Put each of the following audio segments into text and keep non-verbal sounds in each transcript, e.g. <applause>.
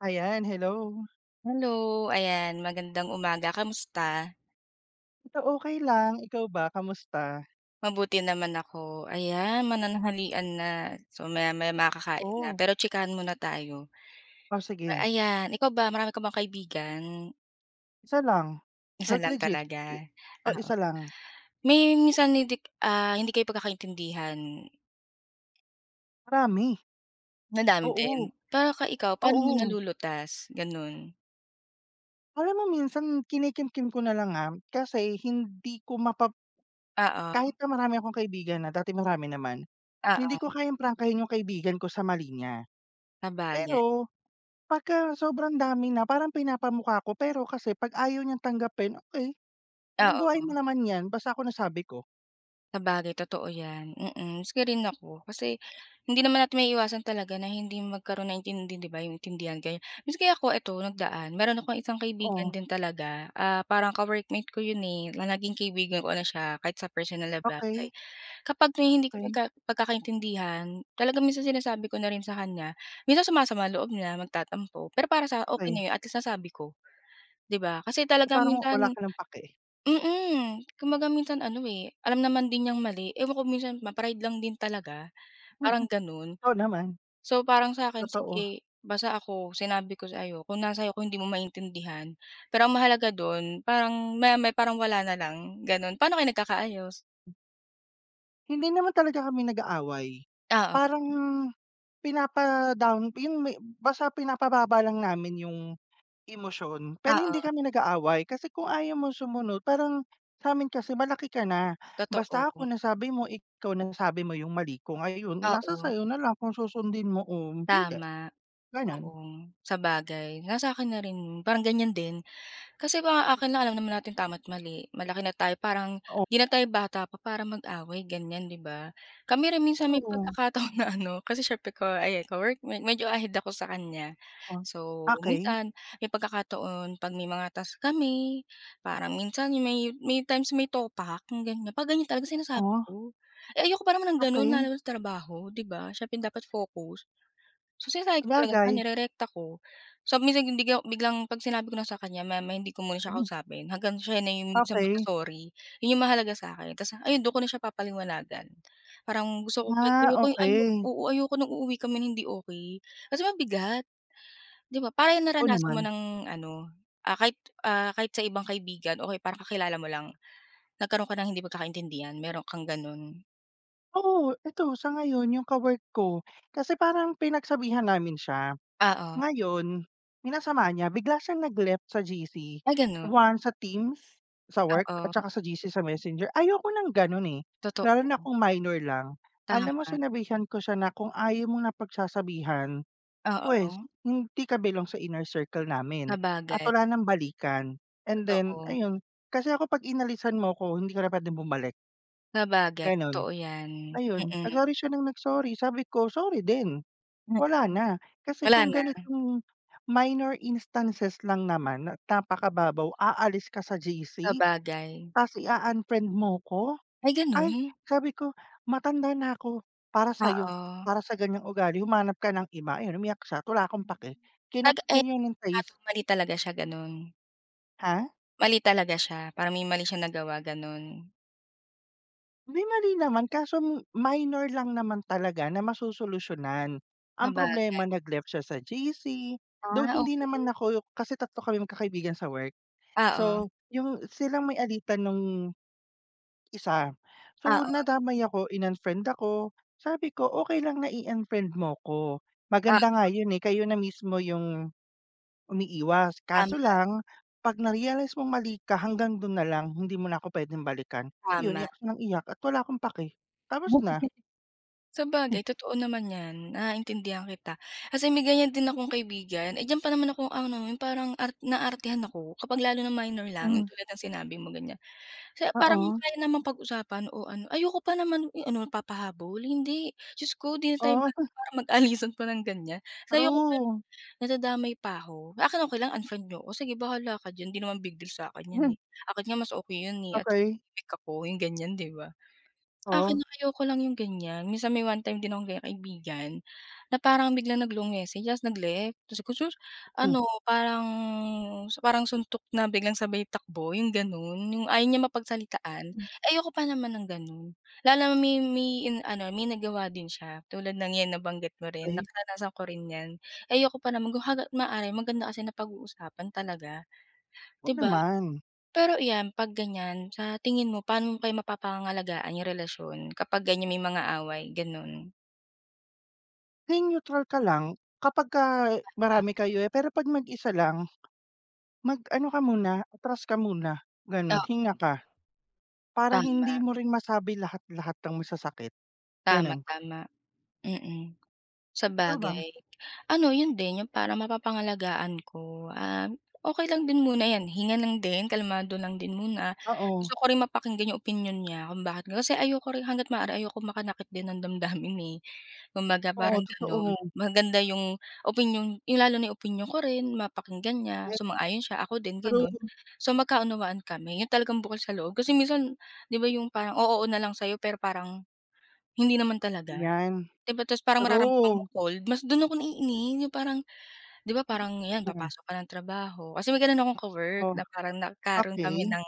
Ayan, hello. Hello, ayan magandang umaga, kamusta? Ito okay lang, ikaw ba kamusta? Mabuti naman ako, ayan mananghalian na, so maya-maya makakain na, Oh, pero tsikahan muna tayo. oh sige, Ayan, ikaw ba marami ka bang kaibigan? isa lang, Isa like lang legit, talaga, i oh, oo. isa lang, May minsan hindi kayo pagkakaintindihan, marami, madami oo, din? Pero ikaw paano mo oo. nalulutas, gano'n? Alam mo minsan kinikimkim ko na lang, kasi hindi ko mapap Oo, kahit na marami akong kaibigan na, dati marami naman, hindi oo, ko kayang prangkahin yung kaibigan ko sa mali niya. sabagay, Pero pagka sobrang dami na parang pinapamukha ko, pero kasi 'pag ayaw niyang tanggapin, okay. Alam buhay oo. mo naman 'yan, basta ako nasabi ko, Sabagay, totoo 'yan, mm. Maski rin ako, kasi hindi naman natin may iwasan talaga na hindi magkaroon ng intindi, 'di ba, yung intindihan kayo. Maski ako eto nagdaan, meron akong isang kaibigan oo, din talaga, parang ka-workmate ko yun, eh, na naging kaibigan ko na siya kahit sa personal na okay. bagay. Kapag may hindi kami Okey, ka pagkakaintindihan, talagang minsan sinasabi ko na rin sa kanya, minsan sumasama ang loob niya, magtatampo, pero para sa okay na okey. yun at least nasabi ko, 'di ba? Kasi So, talagang parang minsan. wala ka ng pake. Mm, kumbaga minsan ano, eh, alam naman din niyang mali, ewan ko minsan ba pride lang din talaga, parang gano'n. Oo naman, So, parang sa'kin, totoo. sige basta ako sinabi ko sa iyo, kung nasa 'yo kung hindi mo maintindihan, pero ang mahalaga do'n parang maya-maya parang wala na lang, gano'n. Paano kayo nagkakaayos? Hindi naman talaga kami nag-aaway. Oo, Parang pinapa-down yung may basta pinapababa lang namin yung emosyon, pero hindi oo, kami nag-aaway. Kasi kung ayaw mong sumunod parang sa'min kasi malaki ka na. totoo. Basta ako nasabi mo, ikaw nasabi mo yung mali ko, ngayon nasa Oo, sa'yo na lang kung susundin mo o hindi, tama, gano'n. oo, sabagay, nasa akin na rin 'yun, parang ganiyan din. Kasi mga akin lang alam naman natin tama't mali, malaki na tayo parang Oo, hindi na tayo bata pa para mag-away ganyan, 'di ba? Kami rin minsan may oo, pagkakataon <laughs> na ano, kasi siyempre ko ayan ka-workmate medyo ahead ako sa kanya. oh. So, Okey, minsan may pagkakataon 'pag may mga task kami, parang minsan yung may times may topak yung ganyan, 'pag ganyan talaga sinasabi oh, ko. Eh, ayoko pa naman ng gano'n okey, lalo na sa trabaho, 'di ba? Siyempre dapat focus. So, sinasabi ko talaga sa sabagay. kanya, nirerekta ko. So, minsan hindi ko biglang 'pag sinabi ko na sa kanya, maya hindi ko muna siya kausapin hanggang siya na yung minsan Okey. magso-sorry. Yun yung mahalaga sa akin tas ayun dun ko na siya papaliwanagan. Parang gusto ko Ah, ayoko yung okey. oo, ayoko nung uuwi kami ng hindi okay. Kasi mabigat, 'di ba? Para yung Oo naranasan naman. mo ng ano, ah, kahit, kahit sa ibang kaibigan okay parang kakilala mo lang, nagkaroon ka ng hindi pagkakaintindihan, meron kang ganun. Oo, ito sa ngayon yung ka-work ko, kasi parang pinagsabihan namin siya. Oo, Ngayon, minasama niya bigla siyang nag-left sa GC, ay ganun, one sa Teams, sa work at oo, saka sa GC sa Messenger. Ayoko ng gano'n, eh, totoo, lalo na kung minor lang. Alam mo tama, sinabihan ko siya na kung ayaw mong napagsasabihan oo. Pues, hindi kabilang sa inner circle namin at Sabagay, wala ng balikan and then totoo. ayun, kasi ako 'pag inalisan mo ko hindi ka na puwedeng bumalik, Sabagay, gano'n. totoo 'yan, Ayun, mm. nag-sorry siya ng nag-sorry, sabi ko, "Sorry din, Hmm, wala na." Kasi wala kung na, ganitong minor instances lang naman at napakababaw, aalis ka sa GC sabagay. ta's i-u-unfriend mo ko? Ay Ay, gano'n? sabi ko, "Matanda na ako para sa'yo, Oo, para sa ganyang ugali humanap ka ng iba." Ayun, umiyak siya, at wala akong pake. Kinat nag na eh, niya ng at trace mali talaga siya gano'n? ha? Mali talaga siya, parang may mali siyang nagawa gano'n? May mali naman kaso minor lang naman talaga na masosolusyunan. Ang problema Sabagay, nag-left siya sa GC, though ah, hindi naman okey. ako kasi 3 kami magkakaibigan sa work. Oo, So, yung silang may alitan nung Isa. So, oo, nadamay ako, in-unfriend ako, sabi ko, okay lang na i-unfriend mo ko, ah, maganda nga yun, eh, kayo na mismo yung umiiwas. Kaso tama, lang 'pag na-realize mong mali ka, hanggang doon na lang, hindi mo na ako puwedeng balikan." Yun, tama. iyak siya ng iyak at wala akong pake, tapos na. Sabagay totoo naman 'yan, naiintindihan kita. Kasi may ganiyan din akong kaibigan, eh, diyan pa naman ako ano, yung parang art naartehan ako kapag lalo na minor lang, yung Mm, tulad ng sinabi mo, ganiyan. Kaya parang oo, kaya namang pag-usapan o ano, ayoko pa naman, eh, ano papahabol, hindi. Diyos ko, 'di na tayo bata oo, para mag-alisan pa ng ganyan. Tas ayoko pa true. nadadamay pa ako. Sa akin okay lang unfriend niyo o sige bahala ka diyan, 'di naman big deal sa'kin 'yan, Mhm, eh. Akin nga mas okay 'yun, eh, at okay, tahimik ako, yung ganyan, 'di ba? Akin oo, ayoko lang yung ganyan. Minsan may one time din akong ganyan kaibigan, na parang biglang nag-long message tapos nag-left. Sabi ko, sus hmm, ano parang parang suntok na biglang sabay takbo yung gano'n, yung ayaw niya mapagsalitaan. Ayoko pa naman ng gano'n. Lalo na may in ano may nagawa din siya tulad ng 'yan nabanggit mo rin, okey. naranasan ko rin 'yan. Ayoko pa naman kung hagat maaari maganda kasi na pag-uusapan talaga, 'di Oo ba? naman, Pero iyan, 'pag ganyan, sa tingin mo paano mo kayo mapapangalagaan yung relasyon kapag ganyan may mga away, gano'n? maging neutral ka lang kapag ka, Ah. marami kayo, eh, pero 'pag mag-isa lang Mag-ano ka muna, atras ka muna, gano'n, Oo, hinga ka, para hindi tama. mo rin masabi lahat-lahat ng masasakit, Tama, gano'n. tama. Mm, Ikaw ba? sabagay. Ano, yun din yung parang mapapangalagaan ko, ah, okey lang din muna 'yan, hinga lang din, kalmado lang din muna. Oo, Gusto ko rin mapakinggan yung opinyon niya kung bakit kasi ayoko rin hangga't maaari ayokong makanakit din ng damdamin, eh. Kumbaga oo, parang gano'n. totoo. Maganda yung opinyon yung lalo na yung opinyon ko rin, mapakinggan niya, Ay, sumang-ayon siya, ako din true, gano'n. So, magkaunawaan kami, yung talagang bukal sa loob. Kasi minsan 'di ba yung parang, oo, oo na lang sa'yo pero parang hindi naman talaga, 'yan, 'di ba? Tapos parang mararamdaman true. mong cold, mas do'n ako naiinis, yung parang 'di ba parang 'yan Hmm, papasok ka ng trabaho kasi may gano'n akong ka-work oh, na parang nagkaroon kami okey, ng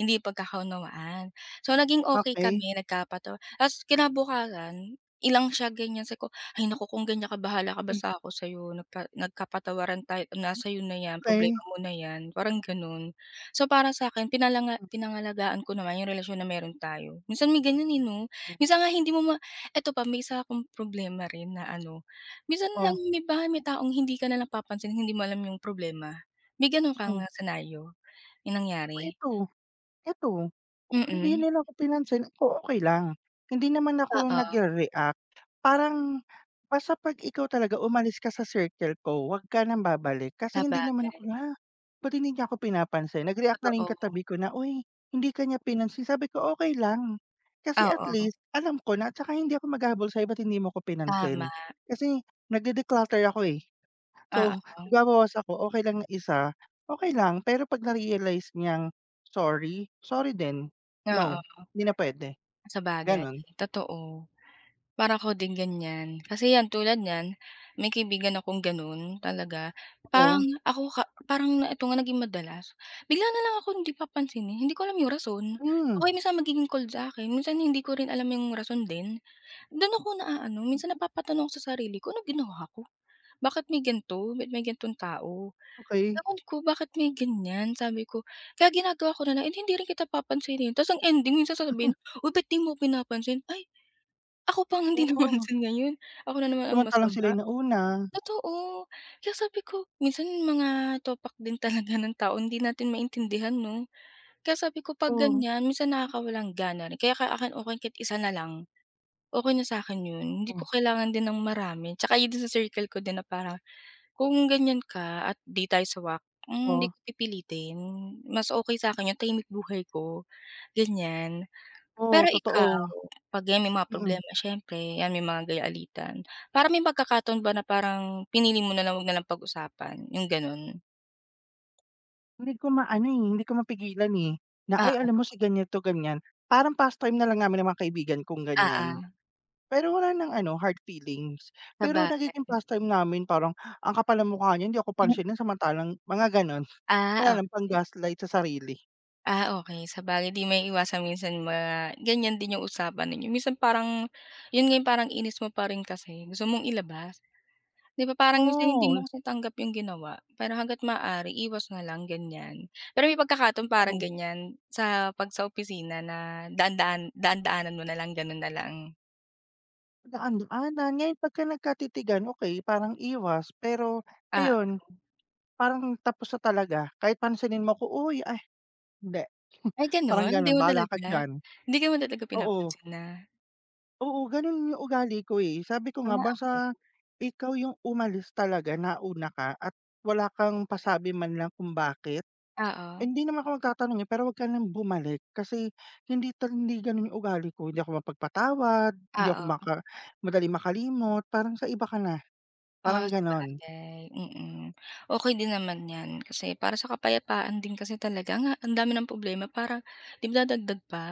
hindi pagkakaunawaan. So naging okey okey, kami, nagkapato ta's kinabukasan ilang siya ganiyan sabi ko, "Ay naku kung ganyan ka bahala ka eh, basta ako sa'yo nagpa nagkapatawaran tayo na sa'yo na 'yan, problema okey. mo na 'yan." Parang gano'n. So para sa'kin pinalanga Mm, pinangalagaan ko naman yung relasyon na meron tayo. Minsan may ganiyan, eh, 'no? Minsan nga hindi mo ma eto pa may isa akong problema rin na ano. Minsan lang oh, 'di ba may taong hindi ka na napapansin, hindi mo alam yung problema. May gano'n kang hmm, senaryo yung oh, nangyari? ito. Eto, kung hindi Mm, nila ako pinansin ako okey lang. Hindi naman ako oo, nagre-react, parang basta 'pag ikaw talaga umalis ka sa circle ko, huwag ka ng babalik. Kasi hindi naman sabagay, ako na, ba't hindi niya ako pinapansin? Nag-react na lang yung totoo. katabi ko na, "Uy, hindi ka niya pinansin." Sabi ko, "Okey lang." Kasi at Oo, least alam ko na at saka hindi ako maghahabol sa'yo, "Ba't hindi mo ko tama, pinansin?" Kasi nagde-declutter ako, eh. So, oo, nagbabawas ako, okey lang na isa, okey lang. Pero 'pag na-realize niyang sorry, sorry din. No, oo, hindi na puwede, sabagay, gano'n. totoo. Para ako din ganyan. Kasi 'yan tulad niyan, may kaibigan akong gano'n talaga. Parang Oo, ako ka parang na ito nga naging madalas, bigla na lang akong hindi papansinin, hindi ko alam yung rason. O hmm, kaya minsan magiging cold sa'kin, minsan hindi ko rin alam yung rason din. Do'n ako naaano, minsan napapatanong ako sa sarili ko, ano ginawa ko? Bakit may ganito? Ba't may ganitong tao? okey. Ewan ko bakit may ganyan?" Sabi ko. Kaya ginagawa ko na lang, "Eh, hindi rin kita papansinin." Ta's ang ending minsan sasabihin, "Uy, ba't 'di mo pinapansin?" Ay, ako pang ang hindi <laughs> Oo, napansin ngayon. Ako na naman ang samantalang sila masama. yung nauna. Totoo. Kaya sabi ko, minsan mga topak din talaga ng tao hindi natin maintindihan 'no? Kaya sabi ko 'pag Oo, ganyan minsan nakakawalang gana rin kaya ka akin okey kahit isa na lang, okey na sa'kin yun hindi ko oh, kailangan din ng marami tsaka yun din sa circle ko din na parang kung ganyan ka at 'di tayo sawak, hmm, hindi oh, ko pipilitin mas okey sa'kin yung tahimik buhay ko ganyan. oo, Pero ikaw totoo. 'pag yan may mga Mm, problema siyempre yan may mga gaya-alitan, parang may pagkakataon ba na parang pinili mo na lang wag na lang pag-usapan yung ganun? hindi ko maano, eh, hindi ko mapigilan, eh, na, "Ay, alam mo Oo, si ganito, ganyan." Parang pastime na lang namin ng mga kaibigan kong ganyan. oo, Pero wala ng ano, hard feelings. Pero nagiging sabagay. pastime namin parang, "Ang kapal ng mukha niya, hindi ako pansinin." <laughs> Samantalang mga gano'n. Ah, Wala lang, okey. pang-gaslight sa sarili. Ah, okey. Sabagay di may maiiwasan minsan ma ganyan din yung usapan ninyo. Minsan parang yun nga yung parang inis mo pa rin kasi gusto mong ilabas. 'Di ba parang minsan hindi Oo, mo kasi tanggap yung ginawa, pero hangga't maaari iwas na lang, ganyan. Pero may pagkakataon parang oo. ganyan sa 'pag sa opisina na daan-daanan mo na lang, gano'n na lang? Daan-daanan. Ngayon pagka nagkatitigan, okey, parang iwas. Pero Ah, ayun, parang tapos na talaga. Kahit pansinin mo ko, "Uy, ay hindi." ay Parang gano'n? Hindi gano'n, mo "Bahala ka talaga diyan." hindi mo talaga Oo, pinapansin na oo, gano'n yung ugali ko, eh. Sabi ko ah, nga, okey. basta ikaw yung umalis talaga, nauna ka at wala kang pasabi man lang kung bakit. Oo, Hindi naman ako magtatanong, eh, pero wag ka ng bumalik kasi hindi gano'n yung ugali ko. Hindi ako mapagpatawad, hindi ako oo. maka madaling makalimot, parang sa iba ka na, parang Ah, gano'n. sabagay, mm. Okey din naman 'yan kasi para sa kapayapaan din kasi talaga nga ang dami ng problema parang 'di ba dadagdag pa,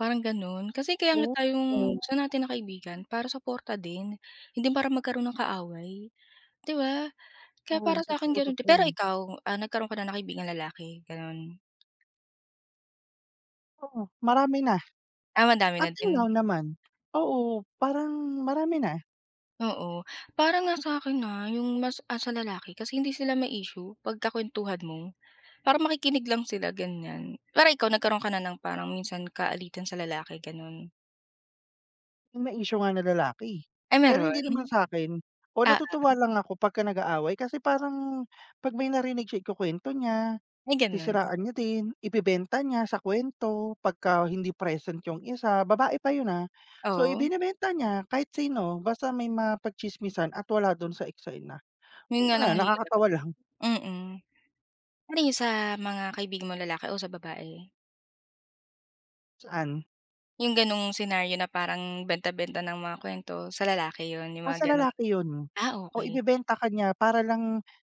parang gano'n. Kasi kaya nga Oo, tayong gusto natin ng kaibigan para suporta din, hindi para magkaroon ng kaaway, 'di ba? Kaya para oo, sa'kin totoo, gano'n din. Pero totoo. ikaw, ah, nagkaroon ka na ng kaibigang lalaki, gano'n? Oo, marami na, Ah, madami na until din, now naman. Oo, parang marami na oo. Parang nga sa'kin, yung mas sa lalaki kasi hindi sila ma-issue pagka kuwentuhan mo. Parang makikinig lang sila ganyan. Para ikaw nagkaroon ka na ng parang minsan kaalitan sa lalaki ganun? yung na-issue nga na lalaki. Ay Pero meron? hindi naman sa'kin o Oo, natutuwa lang ako pagka nag-aaway kasi parang 'pag may narinig siya ikukuwento niya may ganun? Sisiraan niya din, ibebenta niya sa kwento pagka hindi present yung isa, babae pa yun, ah. So, Oo, ibinebenta niya kahit sino basta may mapagtsismisan at wala dun sa eksena. yun nga Wala, ang hirap, nakakatawa lang. mm. Ano yun sa mga kaibigan mo lalaki o sa babae? Saan? Yung ganung senaryo na parang benta-benta ng mga kuwento sa lalaki yun, yung Ah, sa mga ganun? lalaki yun. Ah, O okey. ibebenta ka niya para lang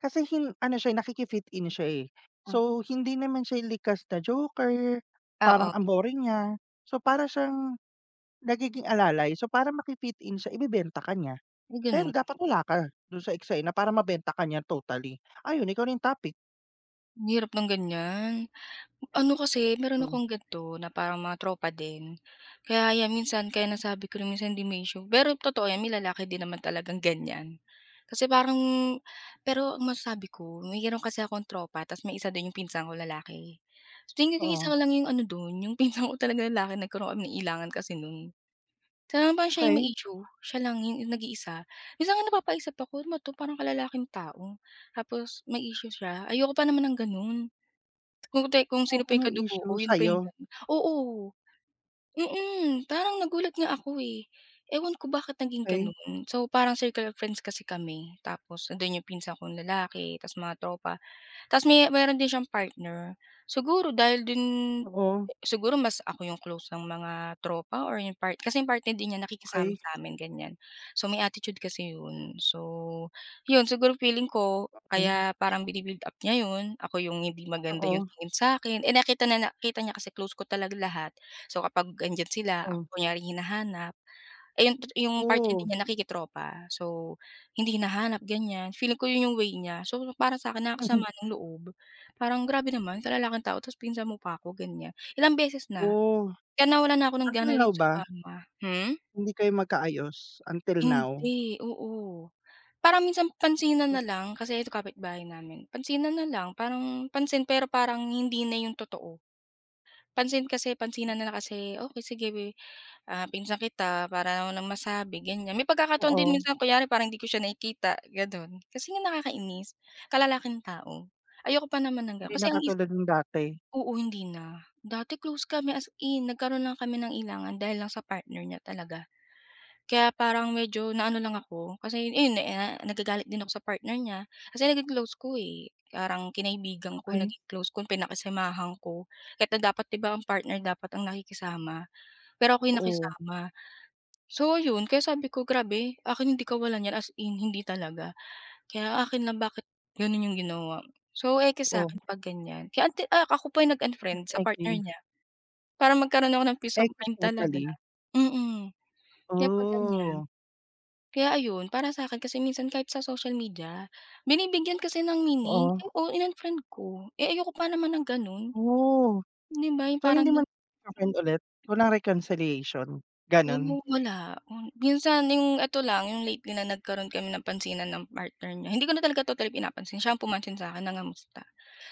kasi hin ano siya, eh, nakiki-fit in siya, eh. So, hindi naman siya likas na joker, parang Oo, ang boring niya. So, para siyang nagiging alalay. So, para maki-fit in siya ibebenta ka niya. may Pero ganun. dapat wala ka dun sa eksena para mabenta ka niyan totally. Ayun, ikaw na yung topic. Ang hirap ng ganyan. Ano kasi, meron Hmm, akong ganito na parang mga tropa din. Kaya yan minsan kaya nasabi ko rin minsan hindi may issue. Pero totoo yan, may lalaki din naman talagang ganyan. Kasi parang pero ang masasabi ko, mayroon kasi akong tropa tapos may isa dun yung pinsan ko lalaki. So tingin ko isa oo. ko lang yung ano dun, yung <laughs> pinsan ko talaga lalaki nagkaroon kami ng ilangan kasi nun. Sana parang siya yung may Okey, issue. Siya lang yung nag-iisa. Minsan nga napapaisip ako, "Ano ba to parang kalalaking tao. Tapos may issue siya. Ayoko pa naman ng ganun. Kung te kung sino pa okey yung may kadugo ko issue yun pa sa'yo, yung gano'n. Oo, mm, parang nagulat nga ako, eh. Ewan ko bakit naging okey, gano'n. So, parang circle of friends kasi kami tapos nandun yung pinsan kong lalaki ta's mga tropa. Tapos meron din siyang partner. Siguro dahil din oo, siguro mas ako yung close ng mga tropa or yung part kasi yung partner din niya nakikisama okey, sa'min, ganyan. So, may attitude kasi yun. So, yun siguro feeling ko okey, kaya parang bini-build up niya yun, ako yung hindi maganda yung oo, tingin sa'kin. Eh, nakita niya kasi close ko talaga lahat. So, kapag andiyan sila, ako oo. kunyaring hinahanap, eh, yung partner din Oo, niya nakikitropa. So hindi hinahanap, ganyan. Feeling ko yun yung way niya. So, para sa sa'kin nakakasama <laughs> ng loob. Parang grabe naman sa lalaking tao tapos pinsan mo pa ako, ganyan. Ilang beses na, oo. kaya nawalan na ako ng Until gana now rin ba sumama. Hmm? hindi kayo magkaayos, until now? Hindi, oo. Parang minsan pansinan na lang kasi ito kapitbahay namin. Pansinan na lang, parang pansin pero parang hindi na yung totoo. Pansin kasi pansinan na lang kasi, okey sige we. Ah, pinsan kita para naman masabi ganyan. May pagkakataon din Oo, minsan kunyari parang hindi ko siya nakikita gano'n, kasi nga nakakainis, kalalaking tao. Ayoko pa naman ng hindi gano'n na kasi ang isip katulad nung dati. oo, hindi na. Dati close kami as in nagkaroon lang kami ng ilangan dahil lang sa partner niya talaga. Kaya parang medyo naano lang ako kasi ayun na nagagalit din ako sa partner niya kasi naging close ko, eh. Parang kinaibigan ko, Okey, naging close ko, pinakisamahan ko. Kahit na dapat 'di ba ang partner dapat ang nakikisama, pero ako yung oo, nakisama. So yun kaya sabi ko, "Grabe, akin hindi kawalan 'yan." As in hindi talaga. Kaya akin lang bakit gano'n 'yung ginawa. So eke oo, sa'kin 'pag ganiyan. Kaya ako pa 'yung nag-unfriend sa partner ekis, niya para magkaroon ako ng peace of ekis mind talaga. totally. Mm, kaya 'pag ganiyan. Oh, Kaya ayun, para sa akin kasi minsan kahit sa social media, binibigyan kasi ng meaning, oo, eh, oo in-unfriend ko. Eh, ayoko pa naman ng gano'n, oh. 'di ba 'yung So, parang hindi mo nagka-friend ulit? Walang reconciliation, oo gano'n? wala. Hmm, minsan yung ito lang, yung lately na nagkaroon kami ng pansinan ng partner niya, hindi ko na talaga totally pinapansin, siya ang pumansin sa'kin na ngamusta.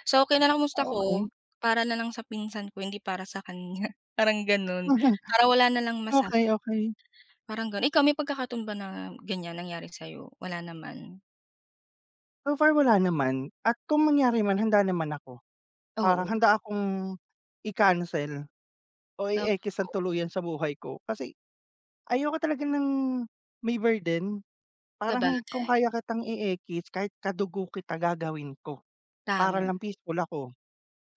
So, okay na nakamusta Ah, ko, okey. para na lang sa pinsan ko hindi para sa kanya, <laughs> parang gano'n. Mhm, Para wala na lang masa okey, okey. parang gano'n. Ikaw may pagkakataon ba na ganyan nangyari sa'yo? Wala naman? So far wala naman at kung mangyari man handa naman ako. Parang Oo, handa akong i-cancel o oo, i-ekis ng totoo. tuluyan sa buhay ko kasi ayoko talaga ng may burden. Parang kung Sabagay, kaya kitang i-ekis kahit kadugo kita gagawin ko para tama. lang peaceful ako.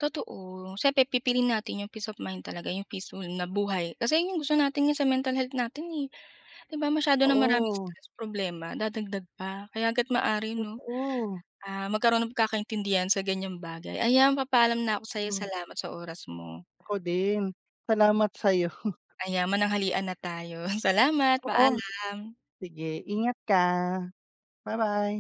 Totoo. Siyempre pipiliin natin yung peace of mind talaga, yung peaceful na buhay. Kasi yun yung gusto natin yun sa mental health natin, eh. 'Di ba masyado ng maraming Oo, stress, problema, dadagdag pa. Kaya hangga't maaari 'no, totoo. ah, magkaroon ng pagkakaintindihan sa ganyang bagay. Ayan, papaalam na ako sa'yo. Hmm, Salamat sa oras mo. ako din. Salamat sa'yo. Ayan, mananghalian na tayo. <laughs> Salamat, Oo, paalam. sige ingat ka. Bye bye